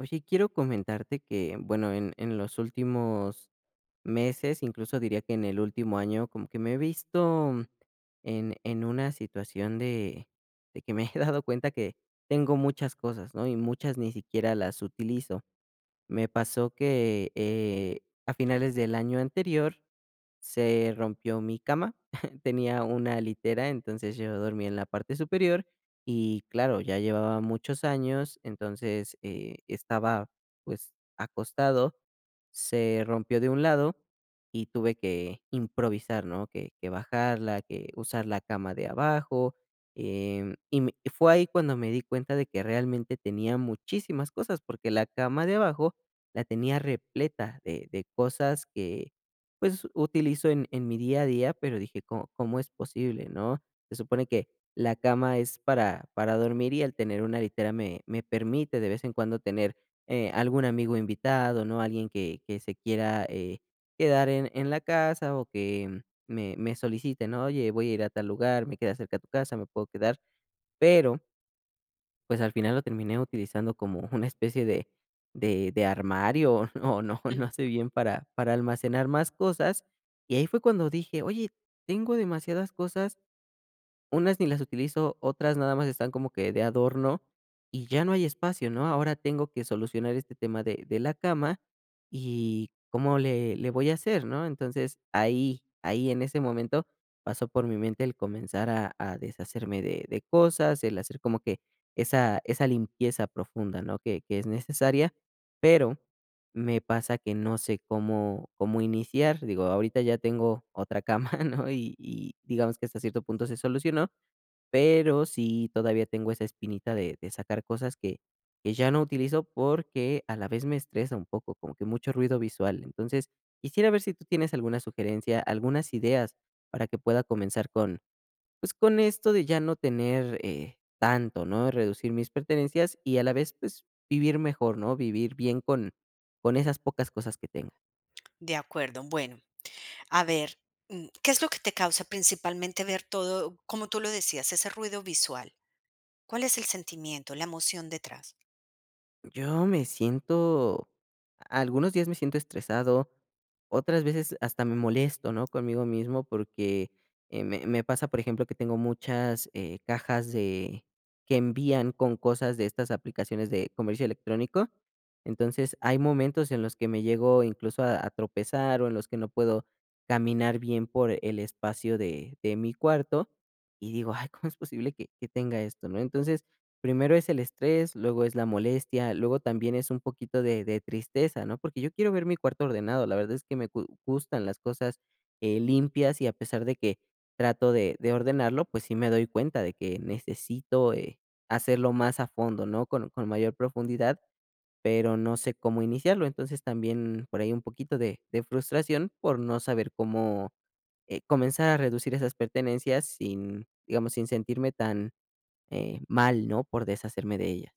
Oye, quiero comentarte que, bueno, en los últimos meses, incluso diría que en el último año, como que me he visto en una situación de que me he dado cuenta que tengo muchas cosas, ¿no? Y muchas ni siquiera las utilizo. Me pasó que, a finales del año anterior se rompió mi cama. Tenía una litera, entonces yo dormía en la parte superior y claro, ya llevaba muchos años, entonces, estaba, pues, acostado, se rompió de un lado y tuve que improvisar, ¿no? Que bajarla, que usar la cama de abajo, y me fue ahí cuando me di cuenta de que realmente tenía muchísimas cosas, porque la cama de abajo la tenía repleta de cosas que pues utilizo en mi día a día, pero dije, ¿cómo, cómo es posible, no? Se supone que la cama es para dormir y al tener una litera me permite de vez en cuando tener algún amigo invitado, ¿no? Alguien que se quiera quedar en la casa o que me solicite, ¿no? Oye, voy a ir a tal lugar, me queda cerca de tu casa, me puedo quedar, pero pues, al final lo terminé utilizando como una especie de armario, o no sé bien para almacenar más cosas, y ahí fue cuando dije: "Oye, tengo demasiadas cosas, unas ni las utilizo, otras nada más están como que de adorno y ya no hay espacio, ¿no? Ahora tengo que solucionar este tema de la cama y cómo le voy a hacer, ¿no? Entonces, ahí en ese momento pasó por mi mente el comenzar a deshacerme de cosas, el hacer como que esa limpieza profunda, ¿no? Que es necesaria, pero me pasa que no sé cómo iniciar. Digo, ahorita ya tengo otra cama, ¿no? Y digamos que hasta cierto punto se solucionó, pero sí, todavía tengo esa espinita de sacar cosas que ya no utilizo, porque a la vez me estresa un poco, como que mucho ruido visual. Entonces, quisiera ver si tú tienes alguna sugerencia, algunas ideas para que pueda comenzar con, pues, con esto de ya no tener, tanto, ¿no? Reducir mis pertenencias y a la vez, pues, vivir mejor, ¿no? Vivir bien con esas pocas cosas que tenga. De acuerdo. Bueno, a ver, ¿qué es lo que te causa principalmente ver todo, como tú lo decías, ese ruido visual? ¿Cuál es el sentimiento, la emoción detrás? Yo me siento, algunos días me siento estresado, otras veces hasta me molesto, ¿no?, conmigo mismo porque, me pasa, por ejemplo, que tengo muchas, cajas de que envían con cosas de estas aplicaciones de comercio electrónico. Entonces, hay momentos en los que me llego incluso a tropezar, o en los que no puedo caminar bien por el espacio de mi cuarto, y digo: "Ay, ¿cómo es posible que tenga esto?", ¿no? Entonces, primero es el estrés, luego es la molestia, luego también es un poquito de tristeza, ¿no? Porque yo quiero ver mi cuarto ordenado, la verdad es que me gu gustan las cosas, limpias, y a pesar de que trato de ordenarlo, pues sí me doy cuenta de que necesito, hacerlo más a fondo, ¿no? Con mayor profundidad, pero no sé cómo iniciarlo. Entonces, también por ahí un poquito de frustración por no saber cómo, comenzar a reducir esas pertenencias sin, digamos, sin sentirme tan mal, ¿no?, por deshacerme de ellas.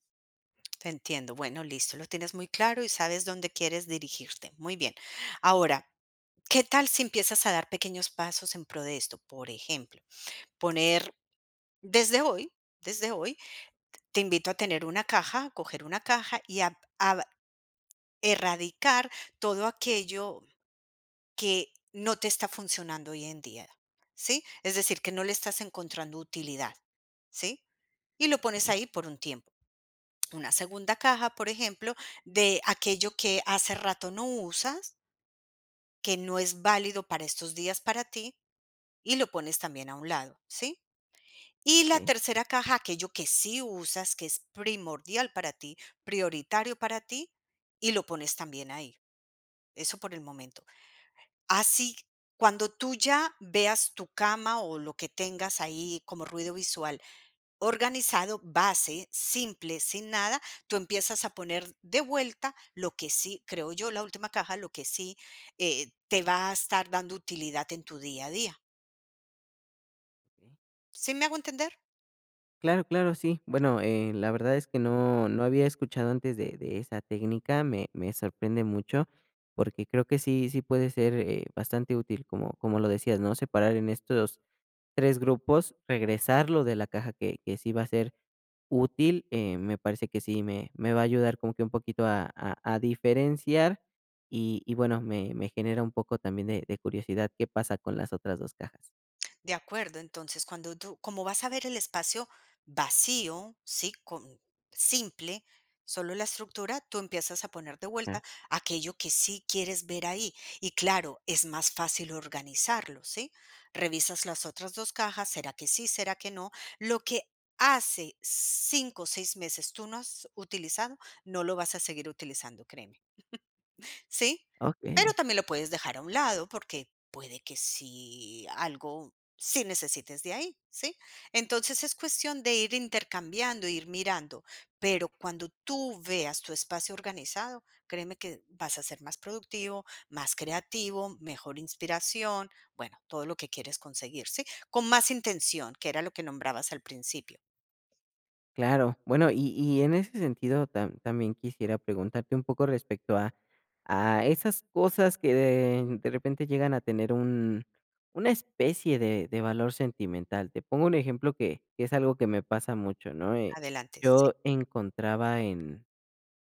Te entiendo. Bueno, listo, lo tienes muy claro y sabes dónde quieres dirigirte. Muy bien. Ahora, ¿qué tal si empiezas a dar pequeños pasos en pro de esto? Por ejemplo, poner desde hoy, desde hoy, te invito a tener una caja, a coger una caja y a erradicar todo aquello que no te está funcionando hoy en día, ¿sí? Es decir, que no le estás encontrando utilidad, ¿sí? Y lo pones Okey, ahí por un tiempo. Una segunda caja, por ejemplo, de aquello que hace rato no usas, que no es válido para estos días para ti, y lo pones también a un lado, ¿sí? Y la okey, tercera caja, aquello que sí usas, que es primordial para ti, prioritario para ti, y lo pones también ahí. Eso por el momento. Así, cuando tú ya veas tu cama o lo que tengas ahí como ruido visual organizado, base, simple, sin nada, tú empiezas a poner de vuelta lo que sí, creo yo, la última caja, lo que sí te va a estar dando utilidad en tu día a día. okey. ¿Sí me hago entender? Claro, claro, sí. Bueno, la verdad es que no había escuchado antes de esa técnica, me sorprende mucho, porque creo que sí puede ser, bastante útil, como como lo decías, ¿no?, separar en estos 3 grupos, regresarlo de la caja que sí va a ser útil, me parece que sí me va a ayudar como que un poquito a diferenciar y bueno, me genera un poco también de curiosidad qué pasa con las otras 2 cajas. De acuerdo, entonces cuando tú, como vas a ver el espacio vacío, sí, con, simple, solo la estructura, tú empiezas a poner de Ah, vuelta aquello que sí quieres ver ahí. Y claro, es más fácil organizarlo, ¿sí? Revisas las otras dos cajas, ¿será que sí, será que no? Lo que hace cinco o seis meses tú no has utilizado, no lo vas a seguir utilizando, créeme. ¿Sí? Pero okey, también lo puedes dejar a un lado porque puede que sí algo sí necesites de ahí, ¿sí? Entonces es cuestión de ir intercambiando, ir mirando, pero cuando tú veas tu espacio organizado, créeme que vas a ser más productivo, más creativo, mejor inspiración, bueno, todo lo que quieres conseguir, ¿sí? Con más intención, que era lo que nombrabas al principio. claro. Bueno, y en ese sentido, también quisiera preguntarte un poco respecto a esas cosas que de repente llegan a tener un una especie de valor sentimental. Te pongo un ejemplo que es algo que me pasa mucho, ¿no? Adelante, sí, Yo encontraba en,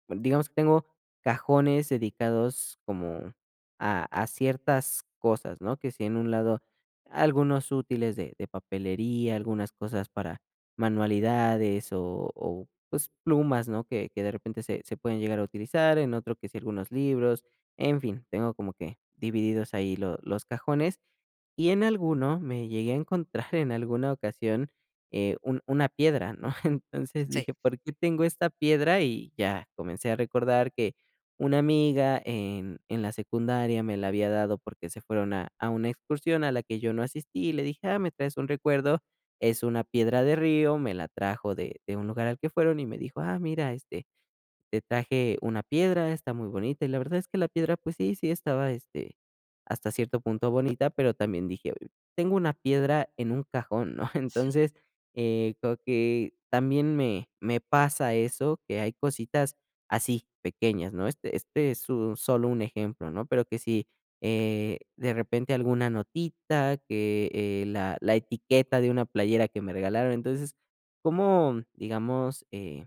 bueno, digamos que tengo cajones dedicados como a ciertas cosas, ¿no? Que si en un lado algunos útiles de papelería, algunas cosas para manualidades o, pues, plumas, ¿no? Que de repente se pueden llegar a utilizar, en otro que si algunos libros, en fin, tengo como que divididos ahí lo los cajones. Y en alguno me llegué a encontrar en alguna ocasión, un una piedra, ¿no? Entonces sí. dije: "¿Por qué tengo esta piedra?". Y ya comencé a recordar que una amiga en la secundaria me la había dado porque se fueron a una excursión a la que yo no asistí, y le dije: "Ah, me traes un recuerdo, es una piedra de río", me la trajo de un lugar al que fueron y me dijo: "Ah, mira, este, te traje una piedra, está muy bonita", y la verdad es que la piedra, pues sí, sí estaba, este, hasta cierto punto bonita, pero también dije: "Oye, tengo una piedra en un cajón", ¿no? Entonces, creo que también me pasa eso, que hay cositas así, pequeñas, ¿no? Este es un solo un ejemplo, ¿no? Pero que si, de repente alguna notita, que, la etiqueta de una playera que me regalaron. Entonces, ¿cómo, digamos,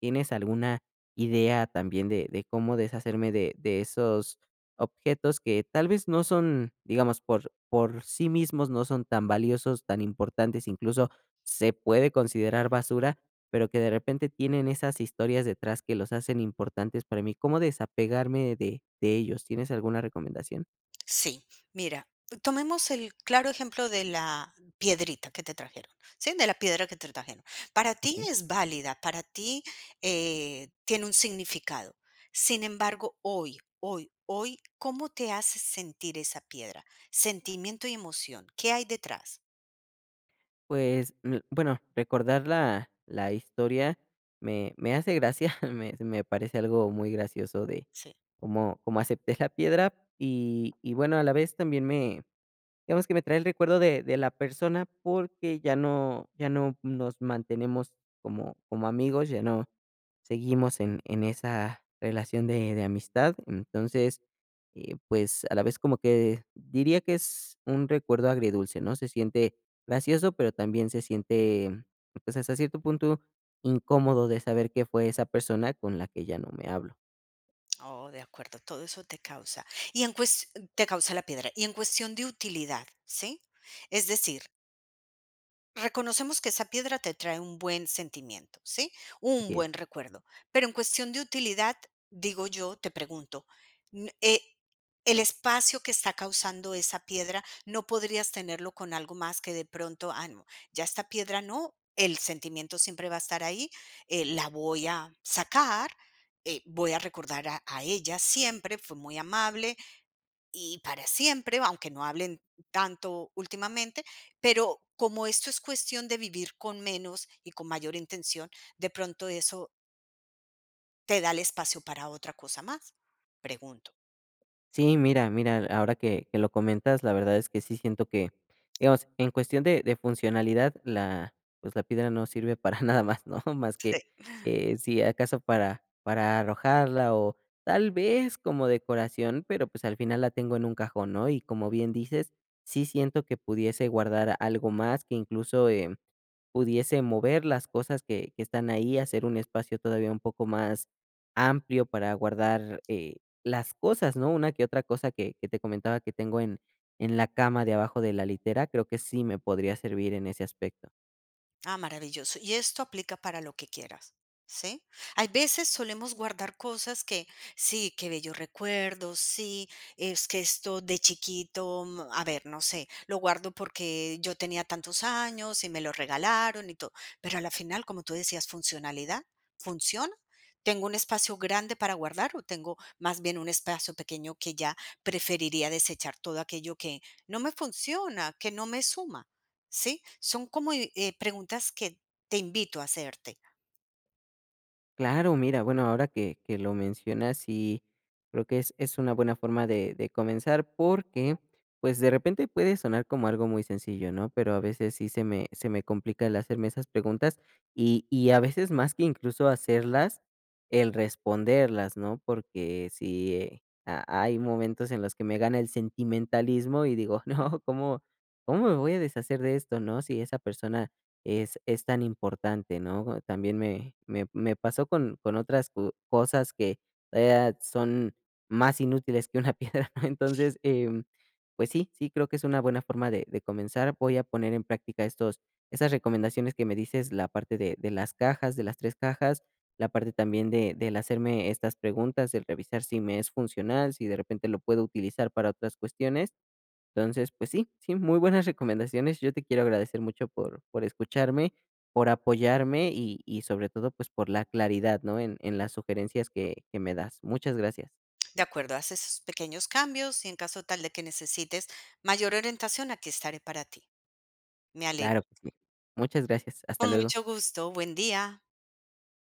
tienes alguna idea también de cómo deshacerme de esos objetos que tal vez no son, digamos, por sí mismos no son tan valiosos, tan importantes, incluso se puede considerar basura, pero que de repente tienen esas historias detrás que los hacen importantes para mí. ¿Cómo desapegarme de ellos? ¿Tienes alguna recomendación? Sí, mira, tomemos el claro ejemplo de la piedrita que te trajeron, ¿sí? De la piedra que te trajeron. Para Ok. ti es válida, para ti tiene un significado. Sin embargo, hoy, hoy, hoy, ¿cómo te hace sentir esa piedra? Sentimiento y emoción. ¿Qué hay detrás? Pues, mm, bueno, recordar la historia me hace gracia, me parece algo muy gracioso de Sí. cómo acepté la piedra y bueno, a la vez también me, digamos que me trae el recuerdo de la persona porque ya no nos mantenemos como como amigos, ya no seguimos en esa relación de amistad. Entonces, pues, a la vez como que diría que es un recuerdo agridulce, ¿no? Se siente gracioso, pero también se siente, pues, hasta cierto punto incómodo de saber que fue esa persona con la que ya no me hablo. Oh, de acuerdo, todo eso te causa. Y en te causa la piedra. Y en cuestión de utilidad, ¿sí? Es decir, reconocemos que esa piedra te trae un buen sentimiento, ¿sí? Un Así es. buen recuerdo. Pero en cuestión de utilidad, digo yo, te pregunto, n- eh, el espacio que está causando esa piedra, no podrías tenerlo con algo más que de pronto, ah, no, ya esta piedra no, el sentimiento siempre va a estar ahí, la voy a sacar. Voy a recordar a ella siempre, fue muy amable, y para siempre, aunque no hablen tanto últimamente, pero como esto es cuestión de vivir con menos y con mayor intención, de pronto eso te da el espacio para otra cosa más, pregunto. Sí, mira, mira, ahora que lo comentas, la verdad es que sí siento que, digamos, en cuestión de funcionalidad, la, pues la piedra no sirve para nada más, ¿no? Más que si acaso para arrojarla o tal vez como decoración, pero pues al final la tengo en un cajón, ¿no? Y como bien dices, sí siento que pudiese guardar algo más, que incluso pudiese mover las cosas que están ahí, hacer un espacio todavía un poco más amplio para guardar, las cosas, ¿no? Una que otra cosa que te comentaba que tengo en la cama de abajo de la litera, creo que sí me podría servir en ese aspecto. Ah, maravilloso. Y esto aplica para lo que quieras, ¿sí? Hay veces solemos guardar cosas que, sí, qué bellos recuerdos, sí, es que esto de chiquito, a ver, no sé, lo guardo porque yo tenía tantos años y me lo regalaron y todo. Pero a la final, como tú decías, funcionalidad, funciona. Tengo un espacio grande para guardar o tengo más bien un espacio pequeño que ya preferiría desechar todo aquello que no me funciona, que no me suma. ¿Sí? Son como, preguntas que te invito a hacerte. Claro, mira, bueno, ahora que lo mencionas, sí, creo que es una buena forma de comenzar porque, pues de repente puede sonar como algo muy sencillo, ¿no? Pero a veces sí se me complica el hacerme esas preguntas y a veces más que incluso hacerlas, el responderlas, ¿no? Porque sí, hay momentos en los que me gana el sentimentalismo y digo, no, ¿cómo, cómo me voy a deshacer de esto, ¿no? Si esa persona es tan importante, ¿no? También me pasó con otras co cosas que todavía son más inútiles que una piedra, ¿no? Entonces, pues sí, sí, creo que es una buena forma de comenzar. Voy a poner en práctica estos esas recomendaciones que me dices, la parte de las cajas, de las 3 cajas, la parte también de del hacerme estas preguntas, del revisar si me es funcional, si de repente lo puedo utilizar para otras cuestiones. Entonces, pues sí, sí, muy buenas recomendaciones. Yo te quiero agradecer mucho por escucharme, por apoyarme y sobre todo, pues, por la claridad, ¿no?, en las sugerencias que me das. Muchas gracias. De acuerdo, haces esos pequeños cambios y en caso tal de que necesites mayor orientación, aquí estaré para ti. Me alegro. Claro que sí. Muchas gracias. Hasta Con luego. mucho gusto. Buen día.